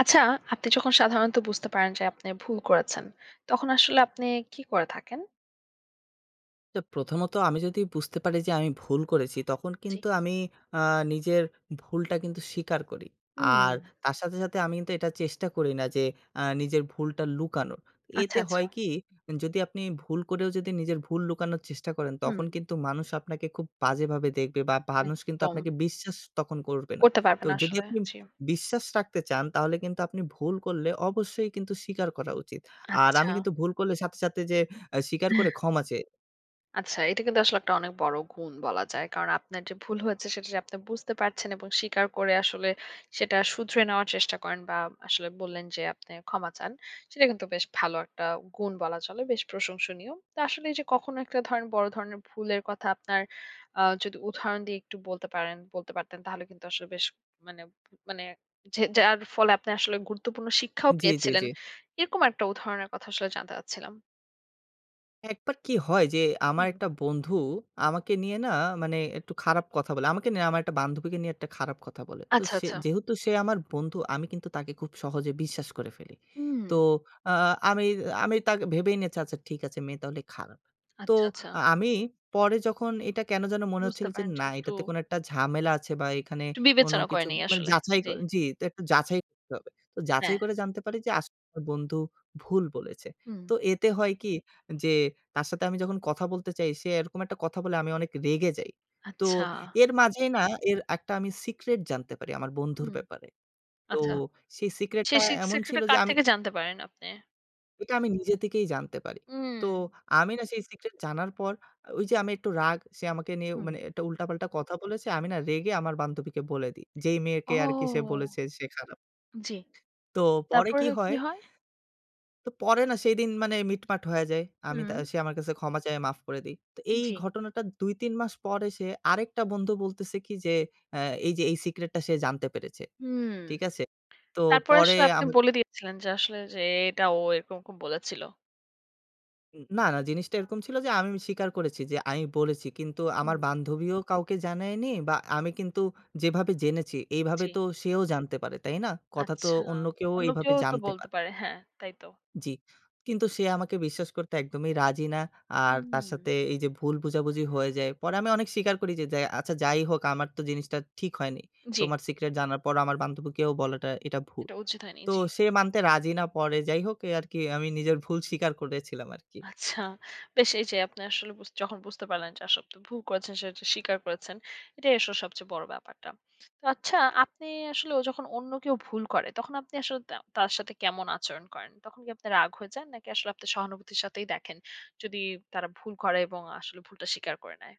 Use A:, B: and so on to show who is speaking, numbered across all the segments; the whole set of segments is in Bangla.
A: আচ্ছা, আপনি যখন সাধারণত বুঝতে পারেন যে আপনি ভুল করেছেন, তখন আসলে আপনি কি করে থাকেন?
B: তো প্রথমত আমি যদি বুঝতে পারি যে আমি ভুল করেছি, তখন
A: জি।
B: কিন্তু আমি আ নিজের ভুলটা কিন্তু স্বীকার করি। আর
A: হুম,
B: তার সাথে, সাথে আমি কিন্তু এটা চেষ্টা করি না যে নিজের ভুলটা লুকানোর।
A: আচ্ছা,
B: এতে
A: আচ্ছা।
B: হয় কি যদি আপনি ভুল করেও যদি নিজের ভুল লুকানোর চেষ্টা করেন,
A: হুম,
B: তখন কিন্তু মানুষ আপনাকে খুব বাজেভাবে দেখবে বা মানুষ কিন্তু
A: একদম।
B: আপনাকে বিশ্বাস তখন করবে না।
A: করতে
B: তো
A: পারবেন
B: যদি
A: আসলে।
B: আপনি
A: জি।
B: বিশ্বাস রাখতে চান তাহলে কিন্তু আপনি ভুল করলে অবশ্যই কিন্তু স্বীকার করা উচিত। আর আমি
A: আচ্ছা।
B: কিন্তু ভুল করলে সাথে, সাথে যে স্বীকার করে ক্ষমা চেয়ে
A: আচ্ছা, এটা কিন্তু আসলে একটা অনেক বড় গুণ বলা যায়। কারণ আপনার যে ভুল হয়েছে সেটা যে আপনি বুঝতে পারছেন এবং স্বীকার করে আসলে সেটা শুধরে নেওয়ার চেষ্টা করেন বা আসলে বললেন যে আপনি ক্ষমা চান। সেটা কিন্তু বেশ ভালো একটা গুণ বলা চলে, বেশ প্রশংসনীয়। তো আসলে এই যে কখনো একটা ধরেন বড় ধরনের ভুলের কথা আপনার যদি উদাহরণ দিয়ে একটু বলতে পারেন বলতে পারতেন তাহলে কিন্তু আসলে বেশ মানে মানে যে যার ফলে আপনি আসলে গুরুত্বপূর্ণ শিক্ষাও
B: জি, জি,
A: পেয়েছিলেন।
B: জি।
A: এরকম একটা উদাহরণের কথা আসলে জানতে চাচ্ছিলাম।
B: একবার কি হয় যে আমার
A: হুম।
B: একটা বন্ধু আমাকে নিয়ে না মানে একটু খারাপ কথা বলে। আমাকে নিয়ে না আমার একটা বান্ধবীকে নিয়ে একটা খারাপ কথা বলে। তো
A: আচ্ছা,
B: সে
A: আচ্ছা।
B: যেহেতু সে আমার বন্ধু আমি কিন্তু তাকে খুব সহজে বিশ্বাস করে ফেলি।
A: হুম।
B: তো আ আমি আমি তাকে ভেবেই নিয়েছি আচ্ছা ঠিক আছে মেয়ে তাহলে খারাপ। তো
A: আচ্ছা, আচ্ছা।
B: আমি পরে যখন এটা কেন যেন মনে হচ্ছিল
A: বুঝতে
B: যে
A: পারেন যে
B: না এটাতে কোনো একটা ঝামেলা আছে বা এখানে
A: একটু
B: কোনো
A: বিবেচনা
B: কিছু
A: করেন এই
B: মানে
A: আসলে।
B: যাচাই ক
A: জি,
B: জি তো একটু যাচাই করতে হবে। তো যাচাই
A: হ্যাঁ।
B: করে জানতে পারি যে আসলে আমার বন্ধু ভুল বলেছে।
A: হুম,
B: তো এতে হয় কি যে তার সাথে আমি যখন কথা বলতে চাই, সে এরকম একটা কথা বলে আমি অনেক রেগে যাই। তো
A: আচ্ছা।
B: এর মাঝেই না এর একটা আমি সিক্রেট জানতে পারি আমার বন্ধুর
A: হুম,
B: ব্যাপারে। তো
A: আচ্ছা।
B: সেই
A: সে
B: সিক্রেটটা
A: সে
B: এমন ছিল
A: সেক্ষেত্রে
B: যে
A: কার
B: আমি
A: থেকে জানতে পারেন আপনি?
B: এটা আমি নিজে থেকেই জানতে পারি। তো
A: হুম,
B: আমি না সেই সিক্রেট জানার পর ওই যে আমি একটু রাগ, সে আমাকে নিয়ে
A: হুম।
B: মানে একটা উল্টাপাল্টা কথা বলেছে, আমি না রেগে আমার বান্ধবীকে বলে দিই। যেই মেয়েকে
A: ও!
B: আরকি সে বলেছে সে খারাপ।
A: জি।
B: তো পরে কি
A: তারপরে কি
B: হয়
A: হয়?
B: তো পরে না সেইদিন মানে মিটমাট হয়ে যায়। আমি তা
A: হুম,
B: সে আমার কাছে ক্ষমা চায়, মাফ করে দেই। তো এই
A: জি।
B: ঘটনাটা ২-৩ মাস পরে সে আরেকটা বন্ধু বলতেছে কি যে, অ্যা এই যে এই সিক্রেটটা সে জানতে পেরেছে।
A: হুম।
B: ঠিক আছে? তো
A: তারপরে
B: পরে
A: আসলে আপনি
B: আমা
A: বলে দিয়েছিলেন যে আসলে যে এটা ও এরকম বলেছিল।
B: না, না জিনিসটা এরকম ছিল যে আমি স্বীকার করেছি যে আমি বলেছি। কিন্তু আমার
A: হুম,
B: বান্ধবীও কাউকে জানায়নি বা আমি কিন্তু যেভাবে জেনেছি এইভাবে
A: জি।
B: তো সেও জানতে পারে, তাই না? কথা তো
A: আচ্ছা।
B: অন্য কেউ
A: অন্য
B: এইভাবে
A: কেউ তো
B: জানতে
A: বলতে
B: পারে।
A: পারে। হ্যাঁ, তাই তো।
B: জি। কিন্তু সে আমাকে বিশ্বাস করতে একদমই রাজি না। আর তার
A: হুম,
B: সাথে এই যে ভুল বোঝাবুঝি হয়ে যায়। পরে আমি অনেক স্বীকার করি যে, যে আচ্ছা যাই হোক আমার তো জিনিসটা ঠিক হয়নি।
A: জি।
B: তোমার সিক্রেট জানার পর আমার বান্ধবীকেও বলাটা এটা ভুল।
A: এটা উচিত হয়নি।
B: তো
A: জি।
B: সে মানতে রাজি না পরে। যাই হোক এ আরকি আমি নিজের ভুল স্বীকার করেছিলাম আরকি।
A: আচ্ছা। বেশ এই যে আপনি আসলে যখন বুঝতে পারলেন যে আসলে আপনি ভুল করেছেন সেটা স্বীকার করেছেন। এটাই আসলে সবচেয়ে বড় ব্যাপারটা। তো আচ্ছা আপনি আসলে যখন অন্য কেউ ভুল করে তখন আপনি আসলে তার সাথে কেমন আচরণ করেন? তখন কি আপনি রাগ হয়ে যান? নাকি আসলে আপনি সহানুভূতির সাথেই দেখেন যদি তারা ভুল করে এবং আসলে ভুলটা স্বীকার করে নেয়?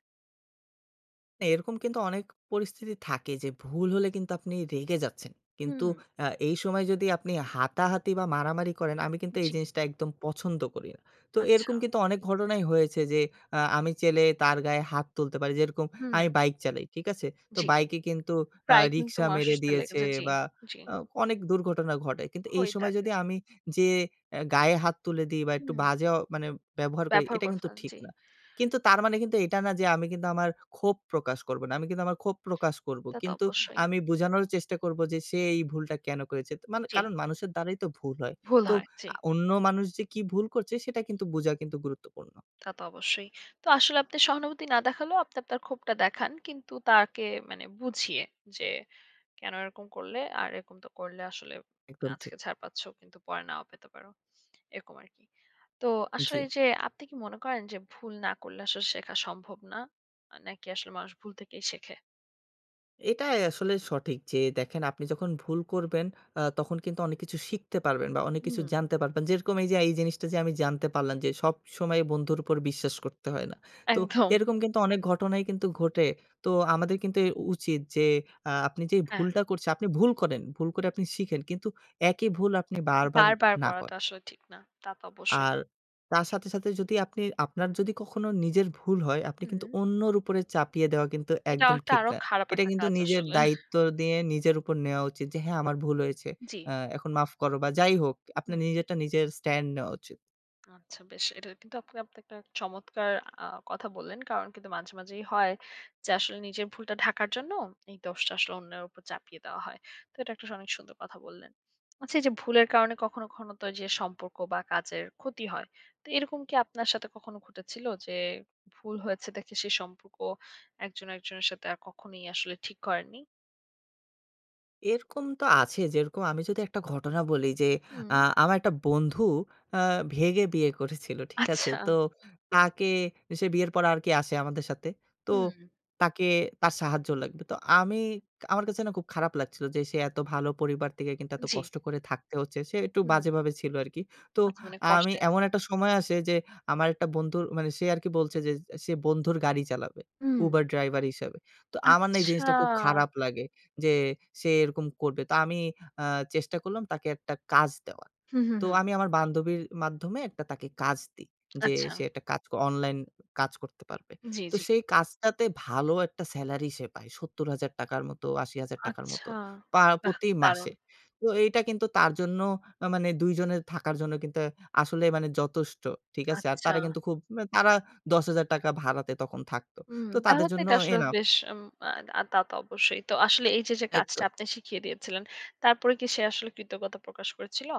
B: না, এরকম কিন্তু অনেক পরিস্থিতি থাকে যে ভুল হলে কিন্তু আপনি রেগে যাচ্ছেন। কিন্তু
A: হুম,
B: এই সময় যদি আপনি হাতাহাতি বা মারামারি করেন, আমি কিন্তু এই
A: জি।
B: জিনিসটা একদম পছন্দ করি না। তো
A: আচ্ছা।
B: এরকম কিন্তু অনেক ঘটনাই হয়েছে যে আমি চাইলে তার গায়ে হাত তুলতে পারি। যেরকম
A: হুম।
B: আমি বাইক চালাই, ঠিক আছে? তো
A: জি।
B: বাইকে কিন্তু
A: প্রায় কিন্তু
B: রিক্সা মেরে
A: মানুষের সাথে
B: দিয়েছে
A: লেগেছে। জি,
B: বা
A: জি।
B: আ অনেক দুর্ঘটনা ঘটে। কিন্তু এই
A: হয়েই
B: সময়
A: থাকে।
B: যদি আমি যে গায়ে হাত তুলে দিই বা একটু
A: হুম।
B: বাজে মানে ব্যবহার করি,
A: ব্যবহার
B: এটা
A: করে
B: কিন্তু
A: ফেলেন।
B: ঠিক
A: জি।
B: না। কিন্তু তার মানে কিন্তু এটা না যে আমি কিন্তু আমার ক্ষোভ প্রকাশ করব না। আমি কিন্তু আমার ক্ষোভ প্রকাশ করব।
A: তা তো
B: কিন্তু
A: অবশ্যই।
B: আমি বোঝানোর চেষ্টা করব যে সে এই ভুলটা কেন করেছে। তো মানে
A: জি,
B: কারণ মানুষের দ্বারাই তো ভুল হয়।
A: ভুল
B: তো
A: হয়। জি।
B: অন্য মানুষ যে কি ভুল করছে সেটা কিন্তু বোঝা কিন্তু গুরুত্বপূর্ণ।
A: তা তো অবশ্যই। তো আসলে আপনি সহানুভূতি না দেখালেও আপনি আপনার ক্ষোভটা দেখান। কিন্তু তাকে মানে বুঝিয়ে যে, কেন এরকম করলে? আর এরকম তো করলে আসলে
B: একদম ঠিক।
A: আজকে ছাড় পাচ্ছ কিন্তু পরে নাও পেতে পারো। এরকম আরকি। তো
B: জি।
A: আসলে এই যে আপনি কি মনে করেন যে ভুল না করলে আসলে শেখা সম্ভব না? নাকি আসলে মানুষ ভুল থেকেই শেখে?
B: এটাই আসলে সঠিক যে দেখেন আপনি যখন ভুল করবেন তখন কিন্তু অনেক কিছু শিখতে পারবেন বা অনেক কিছু
A: হুম।
B: জানতে পারবেন। যেরকম এই যে এই জিনিসটা যে আমি জানতে পারলাম যে সবসময় বন্ধুর উপর বিশ্বাস করতে হয় না। তো
A: একদম।
B: এরকম কিন্তু অনেক ঘটনাই কিন্তু ঘটে। তো আমাদের কিন্তু এ উচিত যে আপনি যে
A: হ্যাঁ,
B: ভুলটা করছে আপনি ভুল করেন, ভুল করে আপনি শিখেন। কিন্তু একই ভুল আপনি বারবার
A: বারবার
B: না
A: করা তো
B: করেন।
A: আসলে ঠিক না। তা তো অবশ্যই।
B: আর তার সাথে, সাথে যদি আপনি আপনার যদি কখনো নিজের ভুল হয়, আপনি কিন্তু
A: হুম।
B: অন্যর উপরে চাপিয়ে দেওয়া কিন্তু
A: এটা
B: একদম
A: একটা
B: ঠিক
A: আরো
B: না।
A: খারাপ
B: এটা
A: একটা
B: কিন্তু
A: কাজ
B: নিজের
A: আসলে।
B: দায়িত্ব দিয়ে নিজের উপর নেওয়া উচিত যে, "হ্যাঁ, আমার ভুল হয়েছে।
A: জি।
B: এখন মাফ করো" বা যাই হোক, আপনার
A: হুম।
B: নিজেরটা নিজের স্ট্যান্ড নেওয়া উচিত।
A: আচ্ছা বেশ। এটা কিন্তু আপনি আপনি একটা চমৎকার কথা বললেন। কারণ কিন্তু মাঝে, মাঝেই হয় যে আসলে নিজের ভুলটা ঢাকার জন্য এই দোষটা আসলে অন্যের উপর চাপিয়ে দেওয়া হয়। তো এটা একটা অনেক সুন্দর কথা বললেন। আচ্ছা এই যে ভুলের কারণে কখনো, কখনো তো যে সম্পর্ক বা কাজের ক্ষতি হয়। তো এরকম কি আপনার সাথে কখনো ঘটেছিল যে ভুল হয়েছে দেখে সেই সম্পর্ক একজন একজনের সাথে আর কখনোই আসলে ঠিক করেননি?
B: এরকম তো আছে। যেরকম আমি যদি একটা ঘটনা বলি যে, আ
A: হুম।
B: আমার একটা বন্ধু আ ভেগে বিয়ে করেছিল। ঠিক আছে?
A: আচ্ছা।
B: তো তাকে সে বিয়ের পর আর কি আসে আমাদের সাথে। তো
A: হুম।
B: তাকে তার সাহায্য লাগবে। তো আমি আমার কাছে না খুব খারাপ লাগছিল যে, সে এত ভালো পরিবার থেকে কিন্তু এত
A: জি।
B: কষ্ট করে থাকতে হচ্ছে। সে একটু
A: হুম।
B: বাজেভাবে ছিল আরকি। তো
A: আচ্ছা মানে
B: আমি
A: কষ্টে
B: এমন
A: জি।
B: একটা সময় আসে যে, আমার একটা বন্ধুর মানে সে আরকি বলছে যে, সে বন্ধুর গাড়ি চালাবে।
A: হুম।
B: Uber ড্রাইভার হিসাবে। তো আমার না এই
A: আচ্ছা।
B: জিনিসটা খুব খারাপ লাগে। যে সে এরকম করবে। তো আমি আ চেষ্টা করলাম তাকে একটা কাজ দেওয়ার।
A: হুম, হুম,
B: তো
A: হুম।
B: আমি আমার বান্ধবীর মাধ্যমে একটা তাকে কাজ দিই। যে
A: আচ্ছা।
B: সে একটা কাজ ক অনলাইন কাজ করতে পারবে।
A: জি,
B: তো
A: জি।
B: সেই কাজটাতে ভালো একটা সেলারি সে পায়। ৳৭০,০০০ র মতো, ৳৮০,০০০ র মতো
A: আচ্ছা।
B: পা
A: বাহ!
B: প্রতি
A: দারুণ।
B: মাসে। তো এইটা কিন্তু তার জন্য মানে ২ জনের থাকার জন্য কিন্তু আসলে মানে যথেষ্ট। ঠিক আছে? আর
A: আচ্ছা।
B: তারা কিন্তু খুব মা তারা ৳১০,০০০ ভাড়াতে তখন থাকতো।
A: হুম,
B: তো তাদের
A: তাহলে তো
B: জন্য
A: এটা আসলে
B: এনাফ।
A: বেশ উম আ আ তা তো অবশ্যই। তো আসলে এই যে, যে কাজটা
B: একদম।
A: আপনি শিখিয়ে দিয়েছিলেন, তারপরে কি সে আসলে কৃতজ্ঞতা প্রকাশ করেছিল?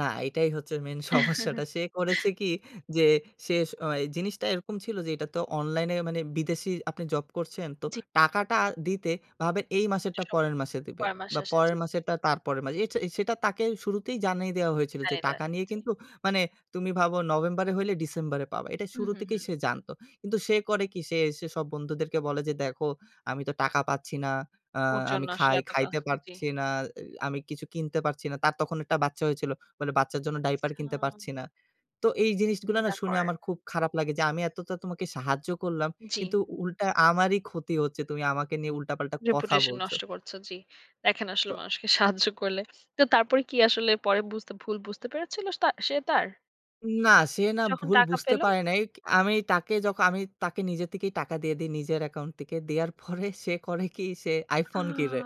B: না, এটাই হচ্ছে মেইন সমস্যাটা। সে করেছে কি যে সে স জিনিসটা এরকম ছিল যে এটা তো অনলাইনে মানে বিদেশী আপনি জব করছেন। তো
A: জি,
B: টাকাটা দিতে ভাবেন এই
A: একটু
B: মাসেরটা
A: সময়।
B: পরের মাসে দিবে
A: ৬ মাস
B: বা
A: শেষে জি,
B: পরের মাসেরটা তারপরের মাসে। এট সেটা তাকে শুরুতেই জানিয়ে দেওয়া হয়েছিল যে
A: তাই, তাই।
B: টাকা নিয়ে
A: জি।
B: কিন্তু মানে তুমি ভাবো নভেম্বরে হইলে ডিসেম্বরে পাবা। এটা
A: হুম,
B: শুরু
A: হুম,
B: থেকেই
A: হুম।
B: সে জানতো। কিন্তু সে করে কি সে এসে সব বন্ধুদেরকে বলে যে, "দেখো আমি তো টাকা পাচ্ছি না। আ
A: ওর
B: আমি
A: জন্য আসলে
B: খাই
A: এত কা
B: খাইতে
A: জি।
B: পারছি না। এ আমি কিছু কিনতে পারছি না।" তার তখন একটা বাচ্চা হয়েছিল। বলে, "বাচ্চার জন্য ডাইপার
A: আচ্ছা।
B: কিনতে পারছি না।" তো এই জিনিসগুলা না
A: চিন্তা
B: শুনে
A: করেন।
B: আমার খুব খারাপ লাগে যে, আমি এতটা তোমাকে সাহায্য করলাম,
A: জি।
B: কিন্তু উল্টা আমারই ক্ষতি হচ্ছে। তুমি আমাকে নিয়ে উল্টাপাল্টা কথা
A: রেপুটেশন
B: বলছো।
A: নষ্ট করছো। জি। দেখেন আসলে
B: তো
A: মানুষকে সাহায্য করলে। তো তারপরে কি আসলে পরে ভুল বুঝতে পেরেছিল সে তার?
B: না, সে না
A: যখন
B: ভুল
A: টাকা
B: বুঝতে
A: পেল?
B: পারে নাই। আমি তাকে যখ আমি তাকে নিজে থেকেই টাকা দিয়ে দেই নিজের অ্যাকাউন্ট থেকে। দেয়ার পরে সে করে কি? সে
A: আ
B: iPhone কিনে।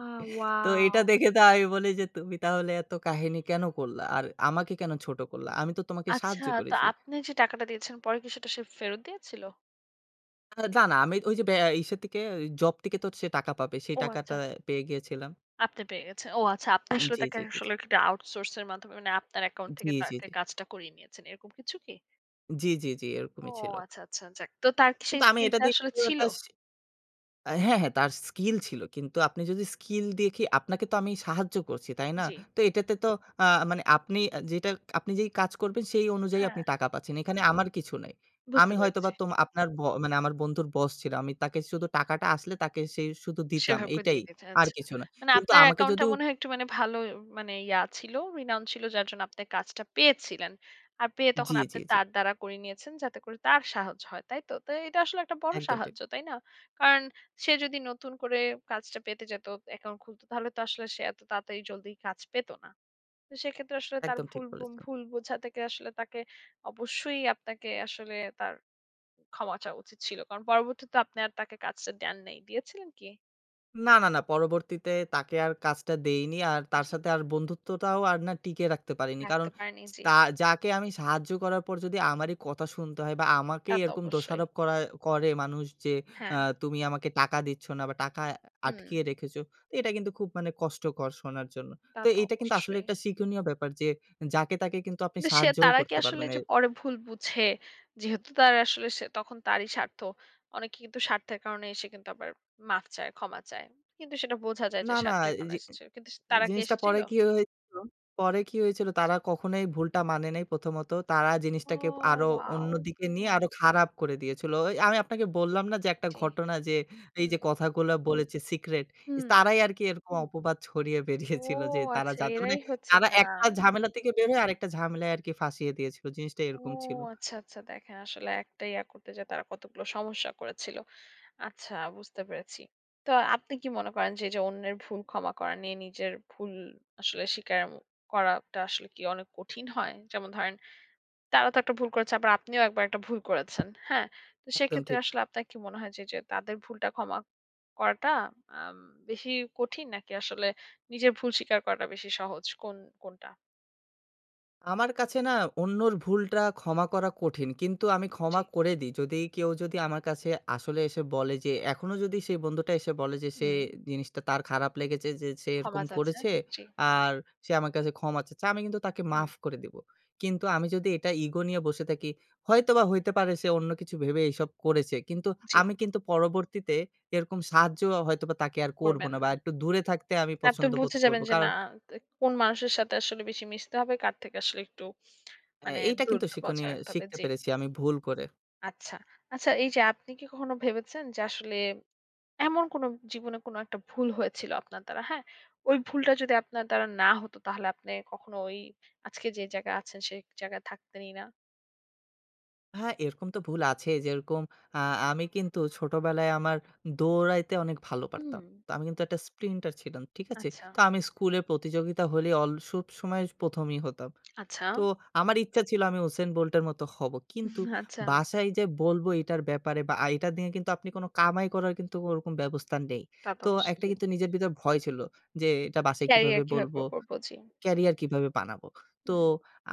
B: তো এটা
A: ওয়াও!
B: দেখে তো আমি বলি যে, "তুমি তাহলে এত কাহিনী কেন করলা? আর আমাকে কেন ছোট করলা? আমি তো তোমাকে সাহায্য
A: আচ্ছা তো
B: করেছি।"
A: আপনি যে টাকাটা দিয়েছেন পরে কি সেটা সে ফেরত দিয়েছিল?
B: না, না। আমি ওই যে বে ইসের থেকে জব থেকে তো সে টাকা পাবে। সেই
A: ও
B: টাকাটা
A: আচ্ছা।
B: পেয়ে গিয়েছিলাম।
A: আপনি পেয়ে গেছেন। ও আচ্ছা আপনি
B: জি,
A: আসলে
B: জি,
A: তাকে
B: জি, জি,
A: আসলে একটা আউটসোর্স এর মাধ্যমে মানে আপনার অ্যাকাউন্ট থেকে
B: জি, জি,
A: তাকে কাজটা করিয়ে নিয়েছেন। এরকম কিছু কি?
B: জি, জি, জি,
A: ও
B: এরকমই ছিল।
A: আচ্ছা, আচ্ছা যাক। তো তার কি সেই
B: কিন্তু আমি এটা
A: স্কিলটা
B: দিয়ে
A: আসলে
B: কিন্তু
A: ছিল?
B: একটা স হ্যাঁ, হ্যাঁ, তার স্কিল ছিল। কিন্তু আপনি যদি স্কিল দেখি আপনাকে তো আমি সাহায্য করছি, তাই না?
A: জি।
B: তো এটাতে তো আ মানে আপনি যেটা আপনি যেই কাজ করবেন সেই অনুযায়ী
A: হ্যাঁ,
B: আপনি টাকা পাচ্ছেন। এখানে আমার কিছু নাই।
A: বুঝতে
B: আমি হয়তোবা
A: পেরেছি।
B: তোম আপনার ব মানে আমার বন্ধুর বস ছিল। আমি তাকে শুধু টাকাটা আসলে তাকে সে শুধু দিতাম।
A: সেভাবে করে
B: এটাই।
A: দিয়ে দিয়েছে।
B: আর
A: আচ্ছা।
B: কিছু না।
A: মানে
B: কিন্তু
A: আপনার
B: আমাকে
A: অ্যাকাউন্টটা
B: যদিও
A: মনে হয় একটু মানে ভালো মানে ইয়া ছিল, renowned ছিল যার জন্য আপনি কাজটা পেয়েছিলেন। আর পেয়ে
B: জি,
A: তখন আপনি
B: জি, জি।
A: তার দ্বারা করে নিয়েছেন যাতে করে তার সাহায্য হয়। তাই তো? তো এটা আসলে একটা বড়
B: একদম ঠিক,
A: সাহায্য, তাই না? কারণ সে যদি নতুন করে কাজটা পেতে যেত, অ্যাকাউন্ট খুলতো তাহলে তো আসলে সে এত তাড়াতাড়ি জলদি কাজ পেত না। তো সেক্ষেত্রে আসলে তার
B: একদম ঠিক বলেছেন।
A: ভুল বোঝা থেকে আসলে তাকে অবশ্যই আপনাকে আসলে তার ক্ষমা চাওয়া উচিত ছিল। কারণ পরবর্তীতে আপনি আর তাকে কাজটা দেন নাই। দিয়েছিলেন কি?
B: না, না, না পরবর্তীতে তাকে আর কাজটা দেইনি। আর তার
A: জি।
B: সাথে আর বন্ধুত্বটাও আর না টিকিয়ে রাখতে পারিনি। কারণ
A: রাখতে পারেনি, জি।
B: তা যাকে আমি সাহায্য করার পর যদি আমারই কথা শুনতে হয় বা
A: তা
B: আমাকেই
A: তো
B: এরকম
A: অবশ্যই।
B: দোষারোপ করা করে মানুষ যে আ
A: হ্যাঁ,
B: তুমি আমাকে টাকা দিচ্ছ না বা টাকা
A: হুম,
B: আটকিয়ে রেখেছো। তো এটা কিন্তু খুব মানে কষ্টকর শোনার জন্য।
A: তা
B: তো
A: তো
B: এটা কিন্তু আসলে
A: অবশ্যই।
B: একটা শিক্ষণীয় ব্যাপার যে যাকে তাকে কিন্তু আপনি
A: কিন্তু সে হুম।
B: সাহায্যও
A: তারা কি
B: করতে
A: আসলে
B: পারবেন। এ
A: যে পরে ভুল বুঝে, যেহেতু তার আসলে সে তখন তারই স্বার্থ। অনেকে কিন্তু স্বার্থের কারণে এসে কিন্তু আবার মাফ চায়, ক্ষমা চায়। কিন্তু সেটা বোঝা যায়
B: না,
A: যে
B: না
A: স্বার্থের
B: এই
A: কারণে
B: যে
A: এসেছিল। কিন্তু তারা কি
B: জিনিসটা
A: এসেছিল?
B: পরে কি হয়েছিল পরে কি হয়েছিল তারা কখনোই ভুলটা মানে নাই প্রথমত। তারা
A: ও
B: জিনিসটাকে আরো
A: ওয়াও!
B: অন্যদিকে নিয়ে আরো খারাপ করে দিয়েছিল। ওই আমি আপনাকে বললাম না যে একটা
A: জি,
B: ঘটনা যে এই যে
A: হুম,
B: কথাগুলো বলেছে সিক্রেট
A: হুম।
B: তারাই আরকি এরকম অপবাদ ছড়িয়ে
A: ও
B: বেরিয়েছিল যে তারা
A: আচ্ছা,
B: জানতো মানে
A: এরাই হচ্ছে
B: তারা
A: তারা।
B: একটা ঝামেলা থেকে বের হয়ে আরেকটা ঝামেলায় আরকি ফাঁসিয়ে দিয়েছিল। জিনিসটা
A: ও
B: এরকম ছিল।
A: আচ্ছা, আচ্ছা। দেখেন আসলে একটা ইয়া করতে যেয়ে তারা কতগুলো সমস্যা করেছিল। আচ্ছা বুঝতে পেরেছি। তো আপনি কি মনে করেন যে, এই যে অন্যের ভুল ক্ষমা করা নিয়ে নিজের ভুল আসলে স্বীকার ম করাটা আসলে কি অনেক কঠিন হয়? যেমন ধরেন তারা তো একটা ভুল করেছে আবার আপনিও একবার একটা ভুল করেছেন। হ্যাঁ? তো
B: একদম
A: সেক্ষেত্রে
B: ঠিক।
A: আসলে আপনার কি মনে হয় যে, তাদের ভুলটা ক্ষমা করাটা আম বেশি কঠিন নাকি আসলে নিজের ভুল স্বীকার করাটা বেশি সহজ? কোনটা?
B: আমার কাছে না অন্যর ভুলটা ক্ষমা করা কঠিন। কিন্তু আমি
A: জি।
B: ক্ষমা করে দিই। যদি কেউ যদি আমার কাছে আসলে এসে বলে যে এখনো যদি সেই বন্ধুটা এসে বলে যে সে
A: হুম।
B: জিনিসটা তার খারাপ লেগেছে যে সে এরকম
A: ক্ষমা চাচ্ছে।
B: করেছে
A: জি।
B: আর সে আমার কাছে ক্ষমা চাচ্ছে। আমি কিন্তু তাকে
A: হুম।
B: মাফ করে দিব। কিন্তু আমি যদি এটা ইগো নিয়ে বসে থাকি, হয়তোবা হইতে পারে সে অন্য কিছু ভেবে এইসব করেছে। কিন্তু
A: জি,
B: আমি কিন্তু পরবর্তীতে এরকম সাহায্য হয়তোবা তাকে আর করব
A: করবেন
B: না বা
A: না।
B: একটু দূরে থাকতে আমি
A: আপনি
B: পছন্দ বোধ
A: বুঝে
B: করব।
A: যাবেন যে
B: কারণ
A: না কোন মানুষের সাথে আসলে বেশি মিশতে হবে, কার থেকে আসলে একটু মানে
B: এইটা কিন্তু
A: দূরত্ব বজায়
B: শিক্ষণীয়
A: রাখতে হবে।
B: শিখতে
A: জি।
B: পেরেছি আমি ভুল করে।
A: আচ্ছা। আচ্ছা এই যে আপনি কি কখনো ভেবেছেন যে আসলে এমন কোনো জীবনে কোনো একটা ভুল হয়েছিল আপনার দ্বারা, হ্যাঁ? ওই ভুলটা যদি আপনার দ্বারা না হতো তাহলে আপনি কখনো ওই আজকে যে জায়গায় আছেন সেই জায়গায় থাকতেনই না?
B: হ্যাঁ, এরকম তো ভুল আছেই। যেরকম আ আমি কিন্তু ছোটবেলায় আমার দৌড়াইতে অনেক ভালো পারতাম।
A: হুম।
B: তো আমি কিন্তু একটা স্প্রিন্টার ছিলাম। ঠিক আছে?
A: আচ্ছা,
B: তো আমি স্কুলে প্রতিযোগিতা হলে অল সবসময় ১ম ই হতাম।
A: আচ্ছা,
B: তো আমার ইচ্ছা ছিল আমি 'উসেন বোল্ট' এর মতো হব। কিন্তু
A: আচ্ছা।
B: বাসায় যে বলব এটার ব্যাপারে বা এটা নিয়ে কিন্তু আপনি কোন কামাই করার কিন্তু ওরকম ব্যবস্থা নেই।
A: তা তো
B: তো
A: অবশ্যই
B: একটা
A: জি।
B: কিন্তু নিজের ভিতরে ভয় ছিল যে, "এটা বাসায় কিভাবে
A: ক্যারিয়ার
B: বলব?"
A: কিভাবে করব? জি।
B: ক্যারিয়ার কিভাবে বানাবো? তো
A: হুম।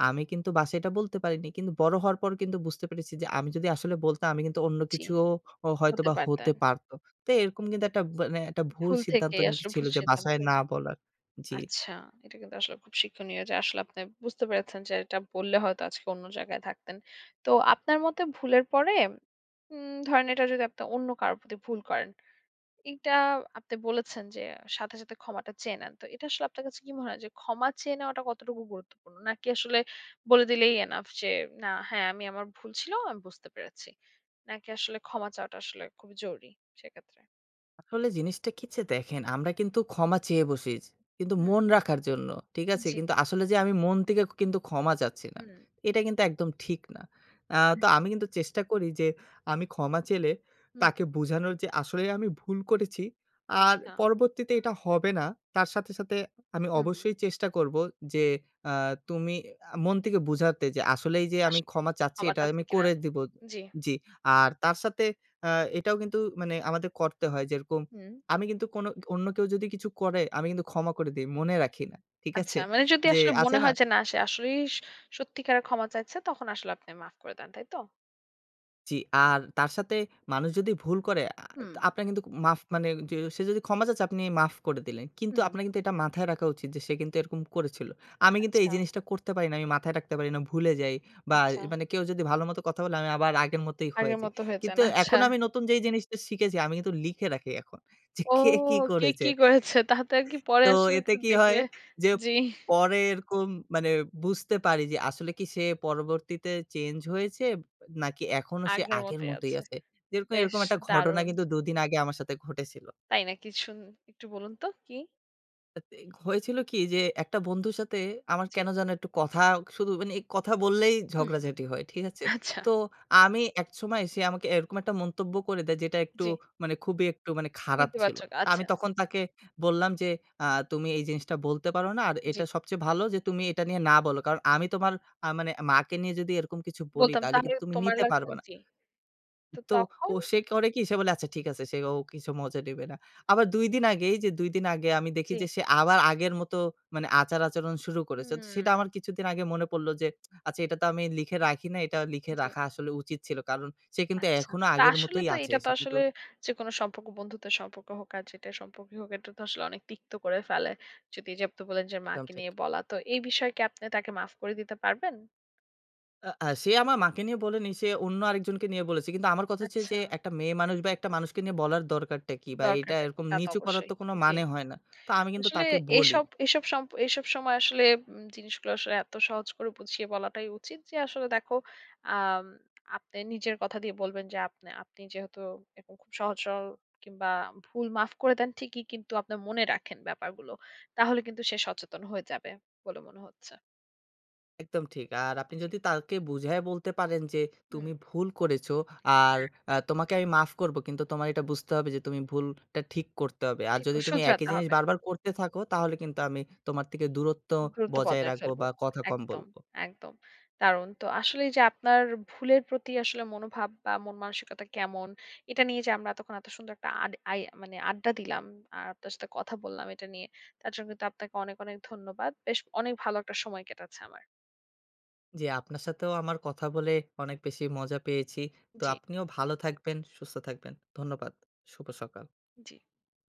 B: আমি কিন্তু বাসায় এটা বলতে পারিনি। কিন্তু বড় হওয়ার পর কিন্তু বুঝতে পেরেছি যে আমি যদি আসলে বলতাম আমি কিন্তু অন্য
A: জি,
B: কিছুও ও
A: হতে
B: হয়তোবা হতে
A: পারতেন।
B: পারত। তো এরকম কিন্তু একটা মানে একটা ভুল
A: ভুল থেকে
B: সিদ্ধান্ত কিন্তু
A: আসলে
B: ছিল
A: ভুল
B: যে
A: সিদ্ধান্ত
B: বাসায় না
A: নেবেন।
B: বলার। জি।
A: আচ্ছা, এটা কিন্তু আসলে খুব শিক্ষণীয় যে আসলে আপনি বুঝতে পেরেছেন যে এটা বললে হয়তো আজকে অন্য জায়গায় থাকতেন। তো আপনার মতে ভুলের পরে ধরেন এটা যদি আপনি অন্য কারো প্রতি ভুল করেন, এইটা আপনি বলেছেন যে সাথে, সাথে ক্ষমাটা চেয়ে নেন। তো এটা আসলে আপনার কাছে কি মনে হয় যে ক্ষমা চেয়ে নেওয়াটা কতটুকু গুরুত্বপূর্ণ? নাকি আসলে বলে দিলেই এনাফ যে হ্যাঁ, আমি আমার ভুল ছিল, আমি বুঝতে পেরেছি। নাকি আসলে ক্ষমা চাওয়াটা আসলে খুব জরুরি সেক্ষেত্রে?
B: আসলে জিনিসটা কি যে দেখেন, আমরা কিন্তু ক্ষমা চেয়ে বসি। কিন্তু
A: হুম,
B: মন রাখার জন্য। ঠিক আছে?
A: জি।
B: কিন্তু আসলে যে আমি মন থেকে কিন্তু ক্ষমা চাচ্ছি না।
A: হুম,
B: এটা কিন্তু একদম ঠিক না। তো আমি
A: একদম।
B: কিন্তু চেষ্টা করি যে আমি ক্ষমা চেলে
A: হুম।
B: তাকে বোঝানোর যে আসলে আমি ভুল করেছি। আর
A: আচ্ছা।
B: পরবর্তীতে এটা হবে না। তার সাথে, সাথে আমি
A: হুম।
B: অবশ্যই চেষ্টা করব যে আ তুমি মন থেকে বুঝাতে যে আসলেই যে
A: আস
B: আমি ক্ষমা চাচ্ছি
A: ক্ষমা
B: এটা আমি
A: চাচ্ছেন কিনা?
B: করে দিব।
A: জি।
B: জি। আর তার সাথে আ এটাও কিন্তু মানে আমাদের করতে হয়। যেরকম
A: হুম।
B: আমি কিন্তু কোনো অন্য কেউ যদি কিছু করে, আমি কিন্তু ক্ষমা করে দেই। মনে রাখি না। ঠিক আছে?
A: আচ্ছা, মানে যদি
B: যে
A: আসলে
B: আছে
A: মনে
B: না?
A: হয় যে না সে আসলেই স সত্যিকারে ক্ষমা চাইছে তখন আসলে আপনি মাফ করে দেন, তাই তো?
B: জি। আর তার সাথে মানুষ যদি ভুল করে
A: হুম,
B: আপনার কিন্তু মাফ মানে যে সে যদি ক্ষমা চাচ্ছে আপনি মাফ করে দিলেন। কিন্তু
A: হুম।
B: আপনার কিন্তু এটা মাথায় রাখা উচিত যে সে কিন্তু এরকম করেছিল। আমি কিন্তু এই
A: আচ্ছা,
B: জিনিসটা করতে পারি না। আমি মাথায় রাখতে পারি না, ভুলে যাই বা
A: আচ্ছা।
B: মানে কেউ যদি ভালো মতো কথা বলে আমি আবার আগের মতোই হয়ে
A: আগের
B: যাই।
A: মতো হয়ে যান।
B: কিন্তু
A: আচ্ছা।
B: এখন আমি নতুন যেই জিনিসটা শিখেছি আমি কিন্তু লিখে রাখি এখন যে
A: ও
B: কে কি
A: কে
B: করেছে।
A: কি করেছে তাতে আর কি পরে
B: তো
A: আসলে
B: এতে
A: একটু
B: কি হয়
A: দেখলে
B: যে
A: জি,
B: পরে এরকম মানে বুঝতে পারি যে আসলে কি সে পরবর্তীতে চেঞ্জ হয়েছে নাকি এখনো সে
A: আগের
B: আগের
A: মতোই
B: মতোই
A: আছে।
B: আছে। যেরকম
A: বেশ
B: এরকম একটা ঘটনা
A: দারুণ।
B: কিন্তু ২ দিন আগে আমার সাথে ঘটেছিল।
A: তাই না? কিছু একটু বলুন তো কি?
B: হয়েছিল কি যে একটা বন্ধুর সাথে আমার
A: জি।
B: কেন যেন একটু কথা শুধু মানে এই কথা বললেই
A: হুম।
B: ঝগড়াঝাটি হয়। ঠিক আছে?
A: আচ্ছা,
B: তো আমি একসময় সে আমাকে এরকম একটা মন্তব্য করে দেয় যেটা একটু
A: জি।
B: মানে খুবই একটু মানে খারাপ ছিল।
A: নেতিবাচক
B: আমি
A: আচ্ছা,
B: তখন তাকে বললাম যে, তুমি এই জিনিসটা বলতে পারো না। আর
A: জি।
B: এটা সবচেয়ে ভালো যে তুমি এটা নিয়ে না বলো। কারণ আমি তোমার মানে মাকে নিয়ে যদি এরকম কিছু বলি
A: বলতাম
B: তাহলে
A: তাহলে
B: কিন্তু তুমি
A: তোমার
B: নিতে
A: লাগবে
B: পারবা না।"
A: জি। তো
B: তো ও
A: তখন?
B: সে করে কি? সে বলে, "আচ্ছা ঠিক আছে, সে ও কিছু মজা নেবে না।" আবার ২ দিন আগে এই যে ২ দিন আগে আমি দেখি
A: জি।
B: যে সে আবার আগের মতো মানে আচার-আচরণ শুরু করেছে। তো সেটা আমার
A: হুম,
B: কিছুদিন আগে মনে পড়ল যে, আচ্ছা এটা তো আমি লিখে রাখি নাই, এটা লিখে
A: জি।
B: রাখা আসলে উচিত ছিল। কারণ সে কিন্তু
A: আচ্ছা।
B: এখনো
A: তো
B: আগের
A: আসলে
B: মতোই
A: তো
B: আছে।
A: এটা তো
B: সে কিন্তু
A: আসলে যেকোনো সম্পর্ক, বন্ধুত্বের সম্পর্ক হোক আর যেটাই সম্পর্কই হোক, এটা তো আসলে অনেক তিক্ত করে ফেলে। যদি এই যে আপনি বললেন যে
B: একদম
A: মাকে
B: ঠিক।
A: নিয়ে বলা, তো এই বিষয়ে কি আপনি তাকে মাফ করে দিতে পারবেন?
B: আ আ সে আমার মাকে নিয়ে বলেনি, সে অন্য আরেকজনকে নিয়ে বলেছে। কিন্তু আমার কথা হচ্ছে যে
A: আচ্ছা,
B: একটা মেয়ে মানুষ বা একটা মানুষকে নিয়ে বলার দরকারটা কি? বা এটা
A: দরকারটা কি?
B: এরকম
A: তা তো
B: নিচু করার
A: অবশ্যই।
B: তো কোনো
A: জি।
B: মানে হয় না। তো আমি কিন্তু
A: আসলে
B: তাকে বলি।
A: এসব এসব সম্প এসব সময় আসলে জিনিসগুলো আসলে এত সহজ করে বুঝিয়ে বলাটাই উচিত যে আসলে দেখো আম আপনি নিজের কথা দিয়ে বলবেন যে আপনি আপনি যেহেতু এরকম খুব সহজ সরল কিংবা ভুল মাফ করে দেন ঠিকই কিন্তু আপনার মনে রাখেন ব্যাপারগুলো। তাহলে কিন্তু সে সচেতন হয়ে যাবে বলে মনে হচ্ছে।
B: একদম ঠিক। আর আপনি
A: জি।
B: যদি তাকে বুঝায়ে বলতে পারেন যে,
A: হুম।
B: "তুমি ভুল করেছো আর তোমাকে আমি মাফ করব। কিন্তু তোমার এটা বুঝতে হবে যে তুমি ভুলটা ঠিক করতে হবে। আর
A: ঠিক
B: যদি তুমি একই
A: শুধরাতে
B: জিনিস
A: হবে।
B: বারবার করতে থাকো তাহলে কিন্তু আমি তোমার থেকে দূরত্ব
A: দূরত্ব
B: বজায়
A: বজায়
B: রাখবো
A: ফেলবো।
B: বা কথা কম
A: একদম,
B: বলবো।"
A: একদম। দারুণ। তো আসলে এই যে আপনার ভুলের প্রতি আসলে মনোভাব বা মন মানসিকতা কেমন, এটা নিয়ে যে আমরা এতক্ষণ এত সুন্দর একটা আড আই মানে আড্ডা দিলাম। আর আপনার সাথে কথা বললাম এটা নিয়ে। তার জন্য কিন্তু আপনাকে অনেক, অনেক ধন্যবাদ। বেশ অনেক ভালো একটা সময় কেটেছে আমার।
B: জি, আপনার সাথেও আমার কথা বলে অনেক বেশি মজা পেয়েছি। তো
A: জি,
B: আপনিও ভালো থাকবেন, সুস্থ থাকবেন। ধন্যবাদ। শুভ সকাল।
A: জি।